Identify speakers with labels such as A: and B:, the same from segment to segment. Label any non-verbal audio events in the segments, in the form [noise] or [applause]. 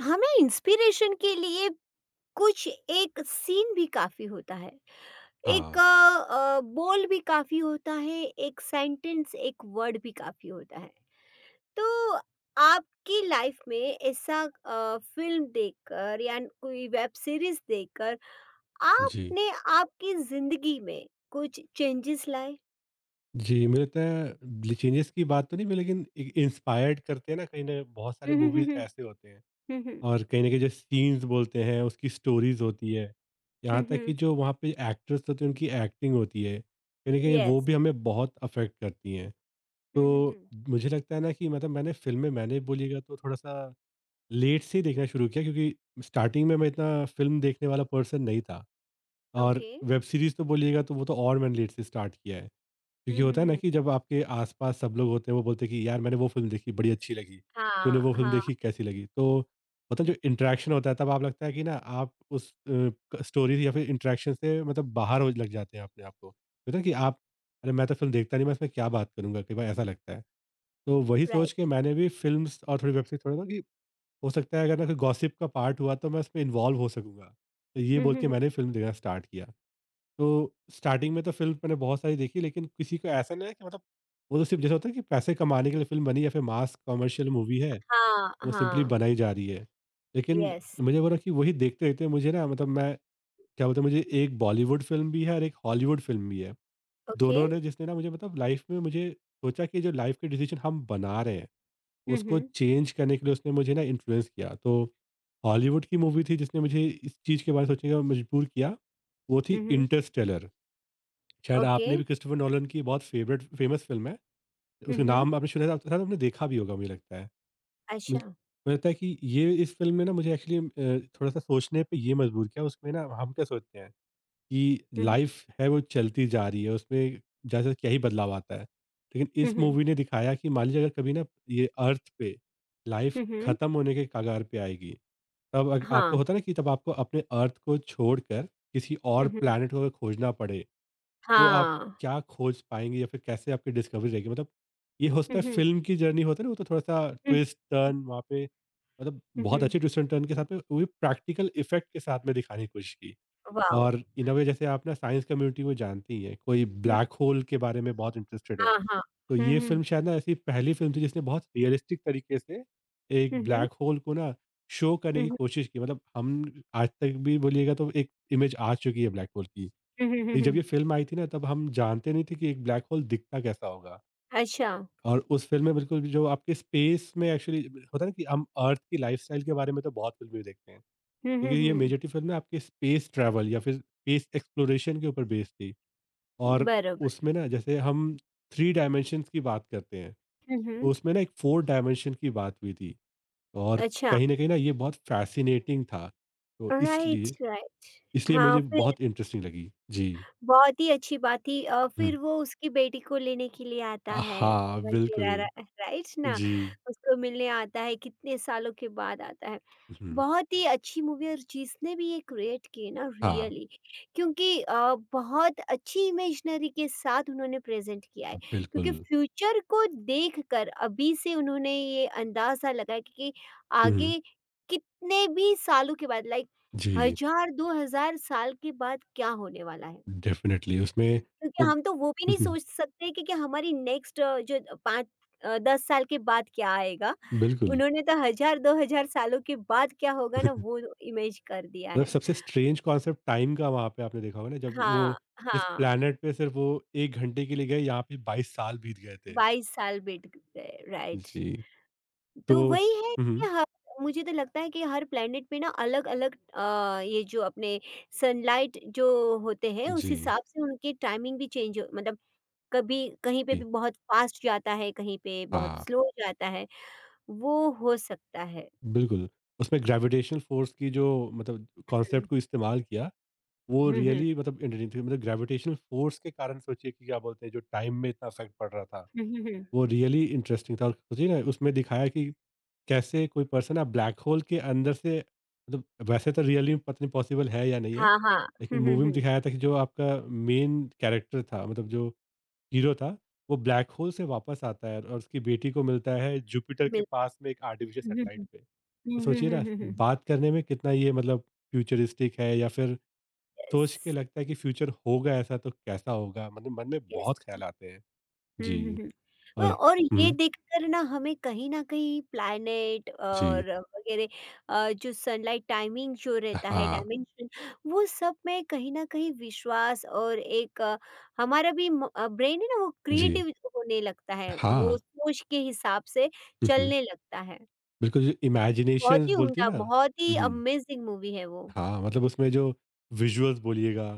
A: हमें इंस्पिरेशन के लिए कुछ एक सीन भी काफी होता है।
B: हाँ,
A: एक बोल भी काफी होता है। एक सेंटेंस एक वर्ड भी काफी होता है। तो आपकी लाइफ में ऐसा फिल्म देखकर या कोई वेब सीरीज देखकर
B: जी।
A: आपने आपकी जिंदगी में कुछ चेंजेस लाए।
B: जी, मुझे लगता है चेंजेस की बात तो नहीं हुई, लेकिन इ इंस्पायर्ड करते हैं ना, कहीं न, बहुत सारे मूवीज़
A: हम्म।
B: ऐसे होते हैं। और कहीं न कहीं जो सीन्स बोलते हैं, उसकी स्टोरीज़ होती है, यहाँ तक कि जो वहाँ पे एक्टर्स होते हैं उनकी एक्टिंग होती है, कहीं न कहीं वो
A: यस।
B: भी हमें बहुत अफ़ेक्ट करती हैं। तो मुझे लगता है ना कि मतलब मैंने बोलिएगा तो थोड़ा-सा लेट से ही देखना शुरू किया, क्योंकि स्टार्टिंग में मैं इतना फ़िल्म देखने वाला पर्सन नहीं था। और
A: ओके।
B: वेब सीरीज़ तो बोलिएगा तो वो तो और मैंने लेट से स्टार्ट किया है। क्योंकि होता है ना कि जब आपके आसपास सब लोग होते हैं, वो बोलते हैं कि यार मैंने वो फिल्म देखी बड़ी अच्छी लगी, तूने
A: हाँ
B: वो फिल्म
A: हाँ।
B: देखी कैसी लगी, तो होता है जो इंटरेक्शन होता है तब आप लगता है कि ना आप उस स्टोरी या फिर इंटरेक्शन से मतलब बाहर हो लग जाते हैं, अपने आप को होता है कि आप अरे मैं तो फिल्म देखता नहीं, मैं इसमें क्या बात करूंगा, कई बार ऐसा लगता है। तो वही सोच के
A: राइट।
B: मैंने भी फिल्म और थोड़ी वेब सीरीज थोड़ा ना कि हो सकता है अगर ना कोई गॉसिप का पार्ट हुआ तो मैं उसमें इन्वॉल्व हो सकूंगा, तो ये बोल के मैंने फिल्म देखना स्टार्ट किया। तो स्टार्टिंग में तो फ़िल्म मैंने बहुत सारी देखी, लेकिन किसी को ऐसा नहीं है कि मतलब वो तो सिर्फ़ जैसा होता है कि पैसे कमाने के लिए फ़िल्म बनी, या फिर मास कमर्शियल मूवी है,
A: हाँ,
B: वो सिंपली
A: हाँ।
B: बनाई जा रही है। लेकिन
A: यस,
B: मुझे बोला कि वही देखते-देखते मुझे ना, मतलब मैं क्या बोलते हैं, मुझे एक बॉलीवुड फ़िल्म भी है और एक हॉलीवुड फ़िल्म भी है।
A: ओके।
B: दोनों ने जिसने ना मुझे मतलब लाइफ़ में मुझे सोचा कि जो लाइफ़ के डिसीज़न हम बना रहे हैं,
A: हुँ,
B: उसको
A: हुँ।
B: चेंज करने के लिए उसने मुझे ना इन्फ्लुएंस किया। तो हॉलीवुड की मूवी थी जिसने मुझे इस चीज़ के बारे में सोचने का मजबूर किया, वो
A: हुँ,
B: थी
A: हुँ।
B: इंटरस्टेलर। शायद
A: ओके।
B: आपने भी, क्रिस्टोफर नोलन की बहुत फेवरेट फेमस फ़िल्म है,
A: हुँ,
B: उसका
A: हुँ।
B: नाम आपने सुना था, शायद आपने देखा भी होगा, मुझे लगता है। मुझ
A: अच्छा।
B: मुझे लगता है कि ये इस फ़िल्म में ना मुझे एक्चुअली थोड़ा-सा सोचने पे ये मजबूर किया, उसमें ना हम क्या सोचते हैं कि
A: हुँ, हुँ।
B: लाइफ़ है, वो चलती जा रही है, उसमें जैसे क्या ही बदलाव आता है। लेकिन
A: हुँ,
B: इस
A: हुँ।
B: मूवी ने दिखाया कि मान लीजिए अगर कभी ना ये अर्थ पे लाइफ़
A: हुँ, हुँ।
B: खत्म होने के कगार पे आएगी, तब अग आपको
A: हाँ।
B: होता है ना कि तब आपको अपने अर्थ को छोड़कर किसी
A: हुँ,
B: और
A: हुँ।
B: प्लैनेट को खोजना पड़े, तो आप
A: हाँ।
B: क्या खोज पाएँगे, या फिर कैसे आपकी डिस्कवरी रहेगी? मतलब ये हो सकता
A: हुँ,
B: है,
A: हुँ।
B: फ़िल्म की जर्नी होता है ना, वो तो थोड़ा-सा
A: हुँ,
B: ट्विस्ट, टर्न वहाँ पे, मतलब
A: हुँ,
B: बहुत
A: हुँ।
B: अच्छे ट्विस्ट एंड टर्न के साथ में, वो भी प्रैक्टिकल इफ़ेक्ट के साथ में दिखाने की कोशिश की।
A: वॉव!
B: और इन अ वे जैसे आप ना साइंस कम्युनिटी को जानती ही हैं, कोई
A: हुँ।
B: ब्लैक होल के बारे में बहुत इंटरेस्टेड है।
A: हाँ, हाँ।
B: तो
A: हुँ,
B: ये
A: हुँ।
B: फ़िल्म शायद ना ऐसी पहली फ़िल्म थी जिसने बहुत रियलिस्टिक तरीके से
A: हुँ,
B: एक
A: हुँ।
B: ब्लैक होल को ना शो करने
A: हुँ,
B: की
A: हुँ।
B: कोशिश की। मतलब हम आज तक भी बोलिएगा तो एक इमेज आ चुकी है ब्लैक होल की।
A: हुँ, हुँ, हुँ,
B: ये जब ये
A: हुँ।
B: फ़िल्म आई थी ना तब हम जानते नहीं थे कि एक ब्लैक होल दिखता कैसा होगा।
A: अच्छा।
B: और उस फ़िल्म में बिल्कुल भी जो आपके स्पेस में एक्चुअली होता है ना कि हम अर्थ की लाइफ़स्टाइल के बारे में तो बहुत फ़िल्में देखते हैं।
A: हुँ, हुँ,
B: लेकिन ये
A: हुँ।
B: मेजॉरिटी फ़िल्म ना आपके स्पेस ट्रैवल या फिर स्पेस एक्सप्लोरेशन के ऊपर बेस्ड थी। और
A: बरोबर।
B: उसमें ना जैसे हम 3 डायमेंशंस की बात करते हैं,
A: हुँ,
B: तो
A: हुँ।
B: उसमें ना एक 4 डायमेंशन की बात हुई थी। और
A: अच्छा,
B: कहीं न कहीं ना ये बहुत फ़ैसिनेटिंग था। तो
A: राइट,
B: इसलिए
A: राइट।
B: इसलिए
A: हाँ,
B: मुझे
A: फिर
B: बहुत इंटरेस्टिंग लगी। जी।
A: बहुत ही अच्छी बात थी।
B: हुँ।
A: फिर वो उसकी बेटी को लेने के लिए आता है
B: हाँ,
A: वगैरह।
B: बिल्कुल।
A: राइट ना,
B: जी।
A: उसको मिलने आता है कितने सालों के बाद आता है।
B: हुँ।
A: बहुत ही अच्छी मूवी, और जिसने भी ये क्रिएट की ना,
B: हाँ,
A: रियली, क्योंकि बहुत अच्छी इमेजिनरी के साथ उन्होंने प्रेजेंट किया है। क्योंकि
B: बिल्कुल।
A: फ्यूचर को देखकर अभी से उन्होंने ये अंदाजा लगाया कि
B: हुँ।
A: आगे कितने भी सालों के बाद, लाइक
B: जी,
A: हजार दो हजार साल के बाद क्या होने वाला है।
B: डेफ़िनेटली उसमें
A: क्योंकि
B: वो,
A: हम तो वो भी
B: हुँ,
A: नहीं
B: हुँ,
A: सोच सकते कि हमारी नेक्स्ट जो 5 10 साल के बाद क्या आएगा?
B: बिल्कुल।
A: उन्होंने तो हज़ार 2000 सालों के बाद क्या होगा ना वो
B: [laughs]
A: इमेज कर दिया
B: मतलब
A: है।
B: सबसे स्ट्रेंज कॉन्सेप्ट टाइम का वहाँ पे आपने देखा होगा ना, जब वो
A: हाँ,
B: इस
A: हाँ,
B: प्लैनेट पे सिर्फ़ वो 1 घंटे के लिए गए, यहाँ पे 22 साल बीत गए थे।
A: 22 साल बीत गए, राइट।
B: जी, तो
A: तो वही है
B: हुँ,
A: कि
B: हुँ।
A: ह मुझे तो लगता है कि हर प्लैनेट पे ना अलग-अलग ये जो अपने सनलाइट जो होते हैं उस
B: जी,
A: हिसाब से उनकी टाइमिंग भी चेंज हो, मतलब कभी कहीं पे
B: जी।
A: भी बहुत फ़ास्ट जाता है, कहीं पे बहुत
B: हाँ,
A: स्लो जाता है। वो हो सकता है।
B: बिल्कुल। उसमें ग्रेविटेशनल फ़ोर्स की जो मतलब कॉन्सेप्ट
A: हुँ।
B: को इस्तेमाल किया, वो
A: हुँ, हुँ।
B: रियली मतलब इंटरेस्टिंग थी, मतलब ग्रेविटेशनल फ़ोर्स के कारण सोचिए कि क्या बोलते हैं जो टाइम में इतना इफ़ेक्ट पड़ रहा था।
A: हुँ, हुँ, हुँ।
B: वो रियली इंटरेस्टिंग था, और सोचिए ना उसमें दिखाया कि कैसे कोई पर्सन ना ब्लैक होल के अंदर से, मतलब वैसे तो रियली में पता नहीं पॉसिबल है या नहीं है,
A: हाँ, हाँ।
B: लेकिन
A: हुँ, हुँ,
B: मूवी में
A: हुँ।
B: दिखाया था कि जो आपका मेन कैरेक्टर था, मतलब जो हीरो था, वो ब्लैक होल से वापस आता है और उसकी बेटी को मिलता है जुपिटर के
A: बिल
B: पास में एक आर्टिफिशियल
A: हुँ, हुँ,
B: सैटेलाइट
A: हुँ।
B: पे। तो
A: हुँ, हुँ,
B: सोचिए
A: हुँ,
B: ना,
A: हुँ, हुँ।
B: बात करने में कितना ये, मतलब फ्यूचरिस्टिक है, या फिर सोच
A: यस,
B: के लगता है कि फ्यूचर होगा ऐसा तो कैसा होगा, मतलब मन में
A: यस।
B: बहुत ख्याल आते हैं।
A: हुँ,
B: जी।
A: हुँ, हुँ।
B: और
A: और ये
B: हम्म,
A: देखकर ना हमें कहीं न कहीं प्लैनेट
B: जी।
A: और वगैरह, जो सनलाइट टाइमिंग जो रहता है,
B: हाँ,
A: डायमेंशन, वो सब में कहीं न कहीं विश्वास और एक, हमारा भी ब्रेन है ना, वो
B: जी।
A: क्रिएटिव होने लगता है। वो
B: हाँ।
A: सोच के हिसाब से
B: हुँ, हुँ।
A: चलने लगता है।
B: बिल्कुल, जो
A: बहुत
B: इमेजिनेशंस
A: ही
B: बोलती है
A: उम्दा,
B: ना?
A: बहुत ही
B: हुँ, हुँ।
A: अमेज़िंग मूवी है वो।
B: हाँ, मतलब उसमें जो विज़ुअल्स बोलिएगा,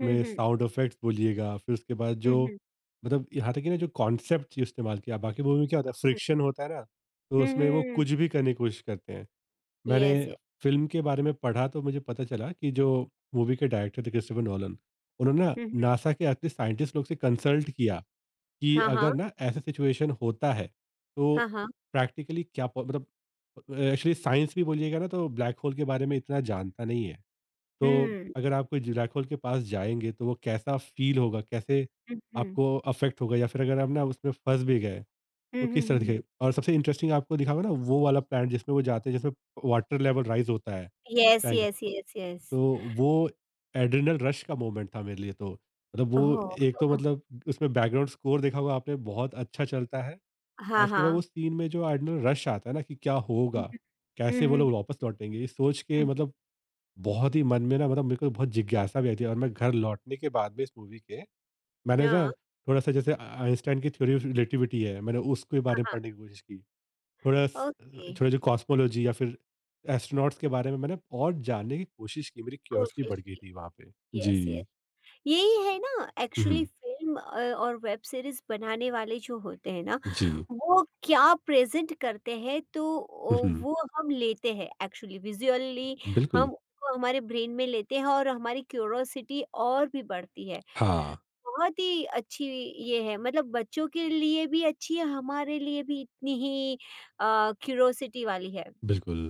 A: हुँ, हुँ।
B: साउंड इफेक्ट्स बोलिएगा, फिर उसके बाद
A: हुँ,
B: जो
A: हुँ, हुँ।
B: मतलब यहाँ तक कि ना जो कॉन्सेप्ट इस्तेमाल किया। बाकी मूवी में क्या होता है फ्रिक्शन होता है ना, तो
A: हुँ,
B: उसमें वो
A: हुँ।
B: कुछ भी करने की कोशिश करते हैं।
A: येस,
B: मैंने
A: ये
B: फ़िल्म के बारे में पढ़ा तो मुझे पता चला कि जो मूवी के डायरेक्टर थे क्रिस्टोफर नोलन, उन्होंने ना
A: हुँ, हुँ।
B: नासा के आखिरी साइंटिस्ट लोग से कंसल्ट किया कि
A: हाँ, हाँ।
B: अगर ना ऐसा सिचुएशन होता है तो
A: हाँ, हाँ।
B: प्रैक्टिकली क्या मतलब एक्चुअली साइंस भी बोलिएगा ना तो ब्लैक होल के बारे में इतना जानता नहीं है। तो
A: हुँ।
B: अगर आप कोई ब्लैक होल के पास जाएंगे तो वो कैसा फील होगा, कैसे
A: हुँ, हुँ।
B: आपको अफेक्ट होगा, या फिर अगर आप ना उसमें फंस भी गए
A: हुँ,
B: तो
A: हुँ,
B: किस तरह
A: हुँ,
B: दिखे,
A: हुँ।
B: और सबसे इंटरेस्टिंग आपको दिखा होगा ना वो वाला प्लान जिसमें वो जाते हैं, जिसमें वाटर लेवल राइज होता है,
A: येस,
B: टैंक,
A: येस, येस, येस।
B: तो वो एड्रेनल रश का मोमेंट था मेरे लिए तो। मतलब वो एक तो
A: ओह!
B: मतलब उसमें बैकग्राउंड स्कोर देखा होगा आपने, बहुत अच्छा चलता है, और
A: हाँ,
B: उसके बाद वो
A: हाँ।
B: सीन में जो एड्रेनल रश आता है ना कि क्या
A: हुँ,
B: होगा?
A: हुँ। हुँ,
B: कैसे वो
A: हुँ,
B: लोग वापस लौटेंगे? ये सोच के,
A: हुँ।
B: मतलब बहुत ही मन में ना, मतलब मेरे को बहुत जिज्ञासा भी आई थी, और मैं घर लौटने के बाद में इस मूवी के, मैंने ना
A: हाँ।
B: थोड़ा-सा जैसे आ आइंस्टाइन की थ्योरी ऑफ रिलेटिविटी है, मैंने उसके
A: हाँ,
B: बारे में
A: हाँ।
B: पढ़ने की कोशिश की। थोड़ा स
A: ओके,
B: थोड़ा जो कॉस्मोलॉजी या फिर एस्ट्रोनॉट्स के बारे में मैंने और जानने की कोशिश की, मेरी क्यूरियोसिटी
A: कोशिश
B: बढ़ गई
A: की।
B: थी वहाँ पे।
A: Yes, yes.
B: जी।
A: यही है ना
B: हुँ,
A: एक्चुअली।
B: हुँ।
A: फ़िल्म और वेब सीरीज़ बनाने वाले जो होते हैं ना,
B: जी।
A: वो क्या प्रेज़ेंट करते हैं, तो ओ
B: हुँ, हुँ।
A: वो हम लेते हैं एक्चुअली। विज़ुअली
B: बिल्कुल।
A: हम उसको हमारे ब्रेन में लेते हैं और हमारी क्यूरोसिटी और भी बढ़ती है।
B: हाँ,
A: बहुत ही अच्छी ये है, मतलब बच्चों के लिए भी अच्छी है, हमारे लिए भी इतनी ही क्यूरोसिटी वाली है।
B: बिल्कुल।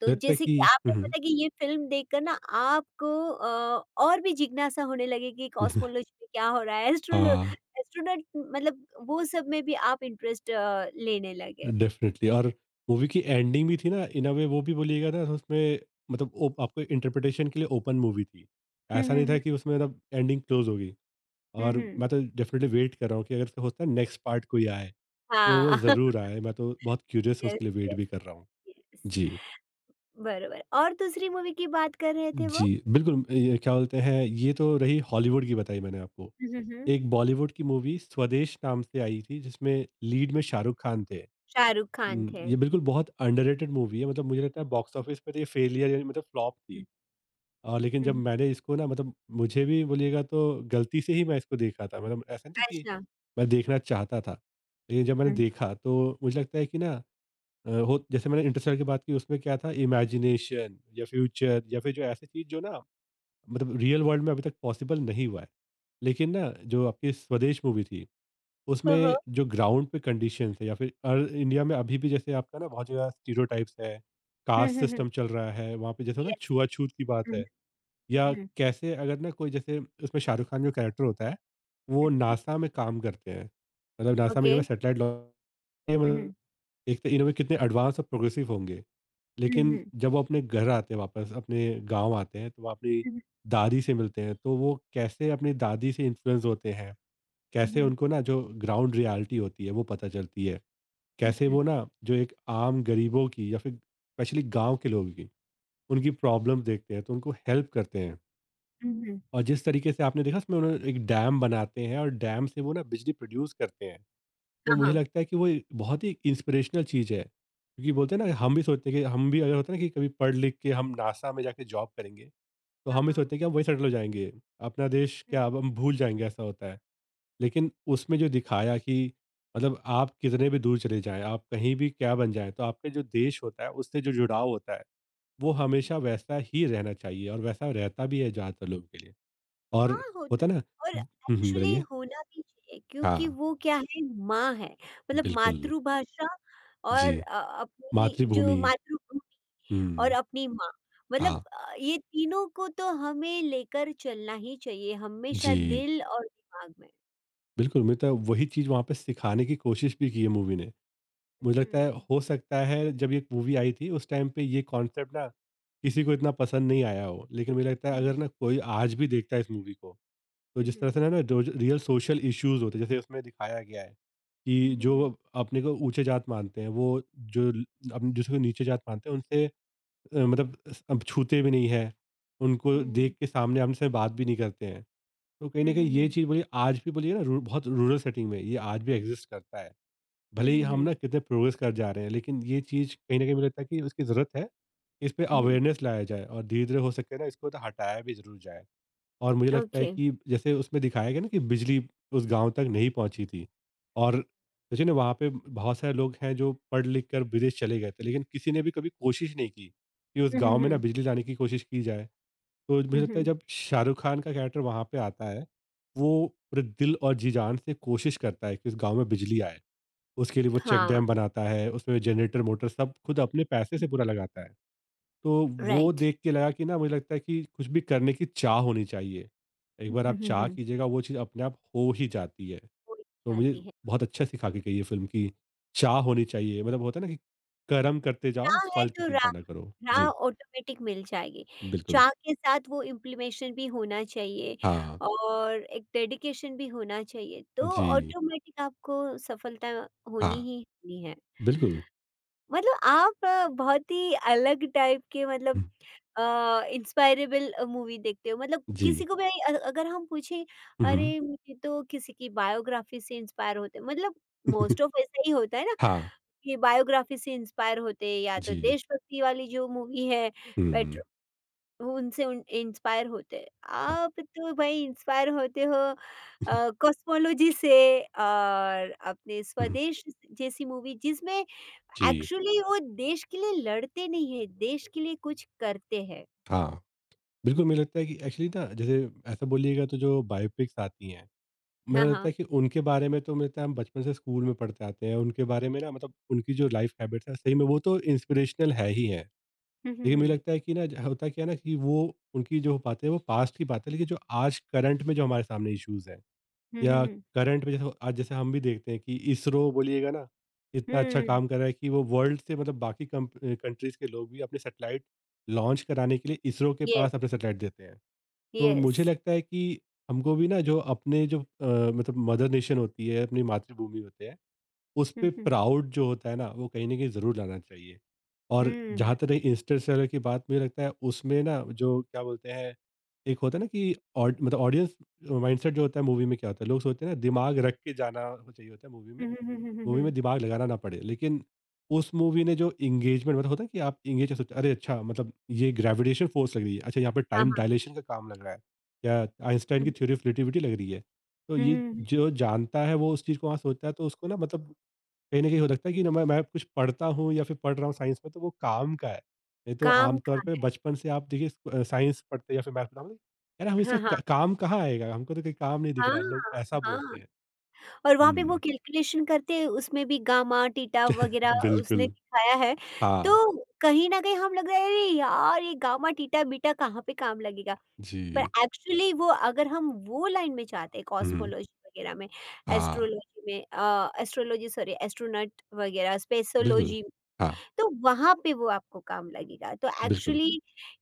A: तो
B: लगता है
A: जैसे
B: कि,
A: कि आपने
B: हुँ, हुँ।
A: पता कि ये फ़िल्म देखकर ना आपको और भी जिज्ञासा होने लगी कि कॉस्मोलॉजी
B: [laughs]
A: में क्या हो रहा है? एस्ट्रोलो
B: हाँ,
A: एस्ट्रोनॉट, मतलब वो सब में भी आप इंटरेस्ट लेने लगे।
B: डेफ़िनिटली, और मूवी की एंडिंग भी थी ना, इन अ वे वो भी बोलिएगा ना, तो उसमें मतलब ओप आपको इंटरप्रिटेशन के लिए ओपन मूवी थी।
A: हुँ,
B: ऐसा
A: हुँ,
B: नहीं
A: हुँ।
B: था कि उसमें मतलब एंडिंग क्लोज़ होगी,
A: हुँ,
B: और
A: हुँ।
B: मैं तो डेफ़िनिटली वेट कर रहा हूँ कि अगर इसका होता है नेक्स्ट पार्ट कोई आए। तो वो
A: हाँ, [laughs]
B: ज़रूर आए, मैं तो बहुत क्यूरियस हूँ,
A: यस,
B: उसके लिए वेट
A: यस,
B: भी कर रहा हूँ।
A: यस।
B: जी।
A: बरोबर। और दूसरी मूवी की बात कर रहे थे वो?
B: जी, बिल्कुल, ये क्या बोलते हैं, ये तो रही हॉलीवुड की, बताई मैंने आपको।
A: हुँ, हुँ, हुँ।
B: एक बॉलीवुड की मूवी स्वदेश नाम से आई थी, जिसमें लीड में शाहरुख खान थे।
A: शाहरुख खान थे।
B: ये बिल्कुल बहुत अंडररेटेड मूवी है, मतलब मुझे लगता है बॉक्स ऑफिस पर ये फेलियर, यानी मतलब फ्लॉप थी।
A: हुँ,
B: और लेकिन
A: हुँ,
B: जब
A: हुँ।
B: मैंने इसको ना, मतलब मुझे भी बोलिएगा तो गलती से ही मैं इसको देखा था, मतलब ऐसा नहीं था कि
A: अच्छा।
B: मैं देखना चाहता था। लेकिन जब मैंने
A: हुँ,
B: देखा तो मुझे लगता है कि ना हो जैसे मैंने इंटरस्टेलर की बात की, उसमें क्या था इमेजिनेशन या फ्यूचर या फिर जो ऐसी चीज़ जो ना, मतलब रियल वर्ल्ड में अभी तक पॉसिबल नहीं हुआ है, लेकिन ना जो आपकी स्वदेश मूवी थी,
A: हाँ, हाँ।
B: उसमें जो ग्राउंड पे कंडीशंस है, या फिर अर इंडिया में अभी भी जैसे आपका ना बहुत जगह स्टीरियोटाइप्स है,
A: हुँ,
B: कास्ट
A: हुँ, हुँ।
B: सिस्टम चल रहा है, वहाँ पे जैसे ना
A: यस।
B: छुआछूत की बात
A: हुँ,
B: है, या
A: हुँ, हुँ,
B: कैसे अगर ना कोई जैसे उसमें शाहरुख खान जो कैरेक्टर होता है, वो
A: हुँ।
B: नासा में काम करते हैं, मतलब नासा में
A: ओके।
B: इन्होंने सैटेलाइट
A: हुँ, हुँ,
B: देखते हैं, इनोवेट कितने एडवांस और प्रोग्रेसिव होंगे,
A: हुँ,
B: लेकिन
A: हुँ,
B: जब वो अपने घर आते हैं, वापस अपने गांव आते हैं, तो वो अपनी
A: हुँ, हुँ,
B: दादी से मिलते हैं, तो वो कैसे अपनी दादी से इन्फ्लुएंस होते हैं,
A: हुँ,
B: कैसे उनको
A: हुँ,
B: ना जो ग्राउंड रियलिटी होती है वो पता चलती है, कैसे
A: हुँ,
B: वो ना जो एक आम गरीबों की या फिर स्पेशली गांव के लोगों की उनकी प्रॉब्लम देखते हैं, तो उनको हेल्प करते हैं।
A: हुँ, हुँ।
B: और जिस तरीके से आपने देखा उसमें उन्होंने एक डैम बनाते हैं, और डैम से वो ना बिजली प्रोड्यूस करते हैं, तो
A: हाँ,
B: मुझे
A: हाँ।
B: लगता है कि वो एक बहुत ही इंस्पिरेशनल चीज़ है। क्योंकि बोलते हैं ना,
A: हुँ,
B: हम भी सोचते हैं कि हम भी अगर होता है ना कि कभी पढ़ लिख के हम नासा में जाके जॉब करेंगे, तो
A: हाँ,
B: हम भी
A: हाँ।
B: सोचते हैं कि हम वहीं सेटल हो जाएँगे। अपना देश
A: हुँ,
B: क्या
A: हुँ,
B: अब हम भूल जाएँगे, ऐसा होता है। लेकिन उसमें जो दिखाया कि मतलब आप कितने भी दूर चले जाएँ, आप कहीं भी क्या बन जाएँ, तो आपका जो देश होता है उससे जो जुड़ाव होता है, वो
A: हुँ, हुँ, हुँ।
B: हमेशा वैसा ही रहना चाहिए और वैसा रहता भी है ज़्यादातर लोगों के लिए। और
A: हाँ, होता।
B: होता है ना।
A: और
B: हुँ, हुँ,
A: एक्चुअली
B: बताइए?
A: होना भी चाहिए,
B: हाँ,
A: क्योंकि वो क्या है, माँ है, मतलब
B: बिल्कुल।
A: मातृभाषा,
B: जी,
A: और अपनी जो
B: मातृभूमि।
A: मातृभूमि, और
B: हुँ।
A: अपनी माँ,
B: हाँ,
A: मतलब ये तीनों को तो हमें लेकर चलना ही चाहिए हमेशा
B: जी।
A: दिल और दिमाग में।
B: बिल्कुल, मुझे लगता है वही चीज़ वहाँ पे सिखाने की कोशिश भी की है मूवी ने। मुझे लगता है
A: हुँ,
B: हो सकता है जब ये मूवी आई थी उस टाइम पे ये कॉन्सेप्ट ना किसी को इतना पसंद नहीं आया हो। लेकिन मुझे लगता है
A: हुँ, हुँ,
B: अगर ना कोई आज भी देखता है इस मूवी को, तो जिस
A: हुँ,
B: तरह से ना ना जो जो रियल सोशल इश्यूज़ होते हैं जैसे उसमें दिखाया गया है,
A: हुँ,
B: कि
A: हुँ, हुँ,
B: जो अपने को ऊँचे जात मानते हैं, वो जो अब जिसको नीचे जात मानते हैं उनसे मतलब अब छूते भी नहीं हैं। उनको
A: हुँ,
B: देख के सामने-आमने से बात भी नहीं करते हैं। तो कहीं
A: हुँ,
B: न कहीं ये
A: हुँ,
B: चीज़ बोलिए, आज भी बोलिए ना, रू बहुत रूरल सेटिंग में ये आज भी एग्ज़िस्ट करता है।
A: हुँ,
B: भले ही हम ना
A: हुँ,
B: कितने प्रोग्रेस कर जा रहे हैं, लेकिन ये चीज़ कहीं न कहीं, मुझे लगता है कि उसकी ज़रूरत है। इस पे
A: हुँ, हुँ,
B: अवेयरनेस लाया जाए और धीरे-धीरे हो सके ना इसको तो हटाया भी ज़रूर जाए। और मुझे लगता है
A: ओके।
B: कि जैसे उसमें दिखाया गया ना कि बिजली उस गाँव तक नहीं पहुँची थी, और सोचिए ना, वहाँ पे बहुत सारे लोग हैं जो पढ़ लिख कर विदेश चले गए थे, लेकिन किसी ने भी कभी कोशिश नहीं की कि उस
A: हुँ,
B: गाँव
A: हुँ,
B: में ना
A: हुँ,
B: बिजली लाने की कोशिश की जाए। तो मुझे
A: हुँ,
B: लगता है
A: हुँ,
B: जब शाहरुख खान का कैरेक्टर वहाँ पे आता है, वो पूरे दिल और जी जान से कोशिश करता है कि उस गाँव में बिजली आए। उसके लिए वो चेक
A: हाँ,
B: डैम बनाता है, उसमें जनरेटर, मोटर सब खुद अपने पैसे से पूरा लगाता है। तो वो
A: राइट।
B: देख के लगा कि ना, मुझे लगता है कि कुछ भी करने की चाह होनी चाहिए। एक
A: हुँ,
B: बार आप
A: हुँ, हुँ,
B: चाह
A: हुँ।
B: कीजिएगा, वो चीज़ अपने आप हो ही जाती है।
A: हो ही
B: तो मुझे
A: जाती है।
B: बहुत अच्छा सिखा के गई ये फ़िल्म कि चाह होनी चाहिए, मतलब होता है ना कि कर्म करते जाओ,
A: राह है
B: फल की
A: तो
B: चिंता
A: राह,
B: ना करो।
A: राह
B: जी,
A: ऑटोमेटिक मिल जाएगी।
B: बिल्कुल।
A: चाह के साथ वो इम्प्लीमेशन भी होना चाहिए,
B: हाँ,
A: और एक डेडिकेशन भी होना चाहिए, तो
B: जी,
A: ऑटोमेटिक आपको सफलता होनी
B: हाँ,
A: ही होनी है।
B: बिल्कुल।
A: मतलब आप बहुत ही अलग टाइप के,
B: हुँ,
A: मतलब अ, इंस्पायरेबल मूवी देखते हो। मतलब
B: जी।
A: किसी को भी अगर हम पूछें,
B: हुँ,
A: "अरे! मुझे तो किसी की बायोग्राफी से इंस्पायर होते हैं।" मतलब
B: [laughs] हुँ।
A: मोस्ट ऑफ ऐसा ही होता है ना,
B: हाँ,
A: की बायोग्राफी से इंस्पायर होते हैं, या तो
B: जी।
A: देशभक्ति वाली जो मूवी है,
B: हुँ,
A: पेट्रो उनसे उन इंस्पायर होते हैं।
B: हाँ।
A: आप तो भाई इंस्पायर होते हो कॉस्मोलॉजी से, और अपने
B: हुँ,
A: स्वदेश जैसी मूवी जिसमें
B: जी,
A: एक्चुअली वो देश के लिए लड़ते नहीं है, देश के लिए कुछ करते हैं।
B: हाँ। बिल्कुल, मुझे लगता है कि एक्चुअली ना, जैसे ऐसा बोलिएगा तो जो बायोपिक्स आती हैं, मुझे
A: हाँ,
B: लगता है
A: हाँ।
B: कि उनके बारे में, तो मुझे लगता है हम बचपन से स्कूल में पढ़ते आते हैं। उनके बारे में ना, मतलब उनकी जो लाइफ़ हैबिट्स हैं, सही में वो तो इंस्पिरेशनल है ही है।
A: [laughs] हुँ, हुँ,
B: लेकिन मुझे
A: हुँ।
B: लगता है कि ना, ज होता क्या है ना कि वो उनकी जो बातें हैं वो पास्ट की बात है, लेकिन जो आज करंट में जो हमारे सामने इश्यूज़ हैं,
A: हुँ, हुँ,
B: या
A: हुँ।
B: करंट में जैसे आज जैसे हम भी देखते हैं कि इसरो, बोलिएगा ना, इतना अच्छा
A: हुँ,
B: काम कर रहा है कि वो वर्ल्ड से, मतलब बाकी कंट्रीज के लोग भी अपने सैटेलाइट लॉन्च कराने के लिए इसरो के
A: येस,
B: पास अपने सैटेलाइट देते हैं। तो मुझे
A: येस।
B: लगता है कि हमको भी ना जो अपने जो मतलब मदर नेशन होती है, अपनी मातृभूमि होते हैं, उस
A: हुँ,
B: पे
A: हुँ।
B: प्राउड जो होता है ना, वो कहीं न कहीं ज़रूर लाना चाहिए। और
A: हुँ, हुँ,
B: जहाँ तक रही इंस्टेंट सेलर की बात, मुझे लगता है उसमें ना, जो क्या बोलते हैं, एक होता है ना कि ऑड, मतलब ऑडियंस माइंडसेट जो होता है, मूवी में क्या होता है, लोग सोचते हैं ना दिमाग रख के जाना चाहिए होता है
A: हुँ, हुँ, हुँ, हुँ,
B: मूवी में
A: हुँ।
B: दिमाग लगाना ना पड़े। लेकिन उस मूवी ने जो एंगेजमेंट, मतलब होता है कि आप एंगेज सोचते हैं, अरे अच्छा, मतलब ये ग्रेविटेशन फ़ोर्स लग रही है, अच्छा यहाँ पे
A: हाँ,
B: टाइम
A: हाँ।
B: डायलेशन का काम लग रहा है, या आइंस्टाइन की
A: हुँ,
B: थ्योरी ऑफ रिलेटिविटी लग रही है। तो
A: हुँ,
B: ये
A: हुँ, हुँ।
B: जो जानता है वो उस चीज़ को वहाँ सोचता है, तो उसको ना, मतलब कहीं न कहीं हो सकता है कि ना, मैं कुछ पढ़ता हूँ या फिर पढ़ रहा हूँ साइंस में, तो वो काम का है। नहीं तो
A: काम
B: आमतौर
A: का।
B: पे बचपन से आप देखिए, साइंस पढ़ते या फिर मैथ पढ़ते, यार हम इसका
A: हाँ, हाँ।
B: क काम कहाँ आएगा? हमको तो कोई काम नहीं दिख
A: हाँ,
B: रहा। लोग ऐसा
A: हाँ।
B: बोलते हैं।
A: और वहाँ पे वो
B: हुँ।
A: कैलकुलेशन करते हैं, उसमें भी गामा, थीटा
B: [laughs]
A: वग़ैरह उसने
B: बिल्कुल।
A: दिखाया है। तो
B: हाँ।
A: कहीं न कहीं हम लग रहा है, अरे यार! ये गामा, थीटा, बीटा कहाँ पे काम लगेगा? पर
B: जी।
A: एक्चुअली वो अगर हम वो लाइन में जाते हैं
B: हुँ।
A: कॉस्मोलॉजी वग़ैरह में,
B: हाँ।
A: एस्ट्रोलॉजी में, एस्ट्रोलॉजी सॉरी एस्ट्रोनॉट वग़ैरह
B: बिल्कुल।
A: स्पेसोलॉजी,
B: हाँ,
A: तो वहाँ पे वो आपको काम लगेगा। तो
B: बिल्कुल।
A: एक्चुअली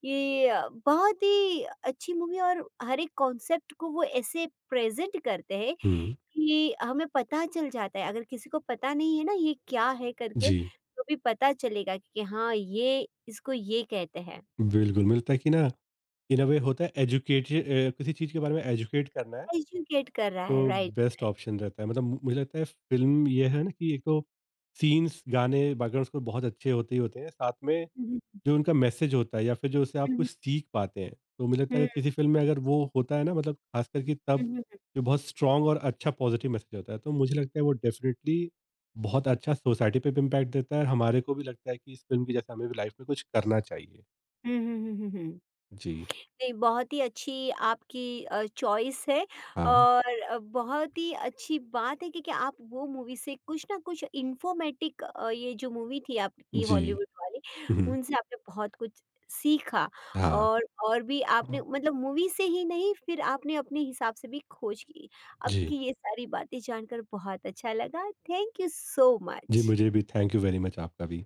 A: ये बहुत ही अच्छी मूवी, और हर एक कॉन्सेप्ट को वो ऐसे प्रेज़ेंट करते हैं
B: हुँ।
A: कि हमें पता चल जाता है। अगर किसी को पता नहीं है ना ये क्या है करके,
B: जी।
A: तो भी पता चलेगा कि हाँ ये इसको ये कहते हैं।
B: बिल्कुल, मिलता है कि ना, इन अ वे होता है, एजुकेट, किसी चीज़ के बारे में एजुकेट करना है।
A: एजुकेट कर रहा है,
B: तो
A: राइट।
B: बेस्ट ऑप्शन रहता है, मतलब मु मुझे लगता है फ़िल्म ये है ना कि एक तो सीन्स, गाने, बैकग्राउंड स्कोर बहुत अच्छे होते ही होते हैं, साथ में
A: हम्म,
B: जो उनका मैसेज होता है या फिर जो उससे आप कुछ
A: हम्म,
B: सीख पाते हैं। तो मुझे लगता है
A: हम्म,
B: कि किसी फ़िल्म में अगर वो होता है ना, मतलब खासकर कि तब
A: हम्म, हम्म,
B: जो बहुत स्ट्रॉन्ग और अच्छा पॉज़िटिव मैसेज होता है, तो मुझे लगता है वो डेफ़िनिटली बहुत अच्छा सोसाइटी पे भी इम्पैक्ट देता है, और हमारे को भी लगता है कि इस फ़िल्म की जैसे हमें भी लाइफ़ में कुछ करना चाहिए।
A: हम्म, हम्म, हम्म, हम्म, हम्म, हम्म।
B: जी।
A: नहीं, बहुत ही अच्छी आपकी चॉइस है,
B: हाँ।
A: और बहुत ही अच्छी बात है कि आप वो मूवी से कुछ ना कुछ इन्फॉर्मेटिक ये जो मूवी थी आपकी
B: जी।
A: हॉलीवुड वाली,
B: हुँ, हुँ।
A: उनसे आपने बहुत कुछ सीखा,
B: हाँ।
A: और भी आपने, मतलब मूवी से ही नहीं, फिर आपने अपने हिसाब से भी खोज की।
B: जी।
A: आपकी ये सारी बातें जानकर बहुत अच्छा लगा। थैंक यू सो
B: जी, मुझे
A: मच।
B: भी थैंक यू वेरी मच, आपका भी।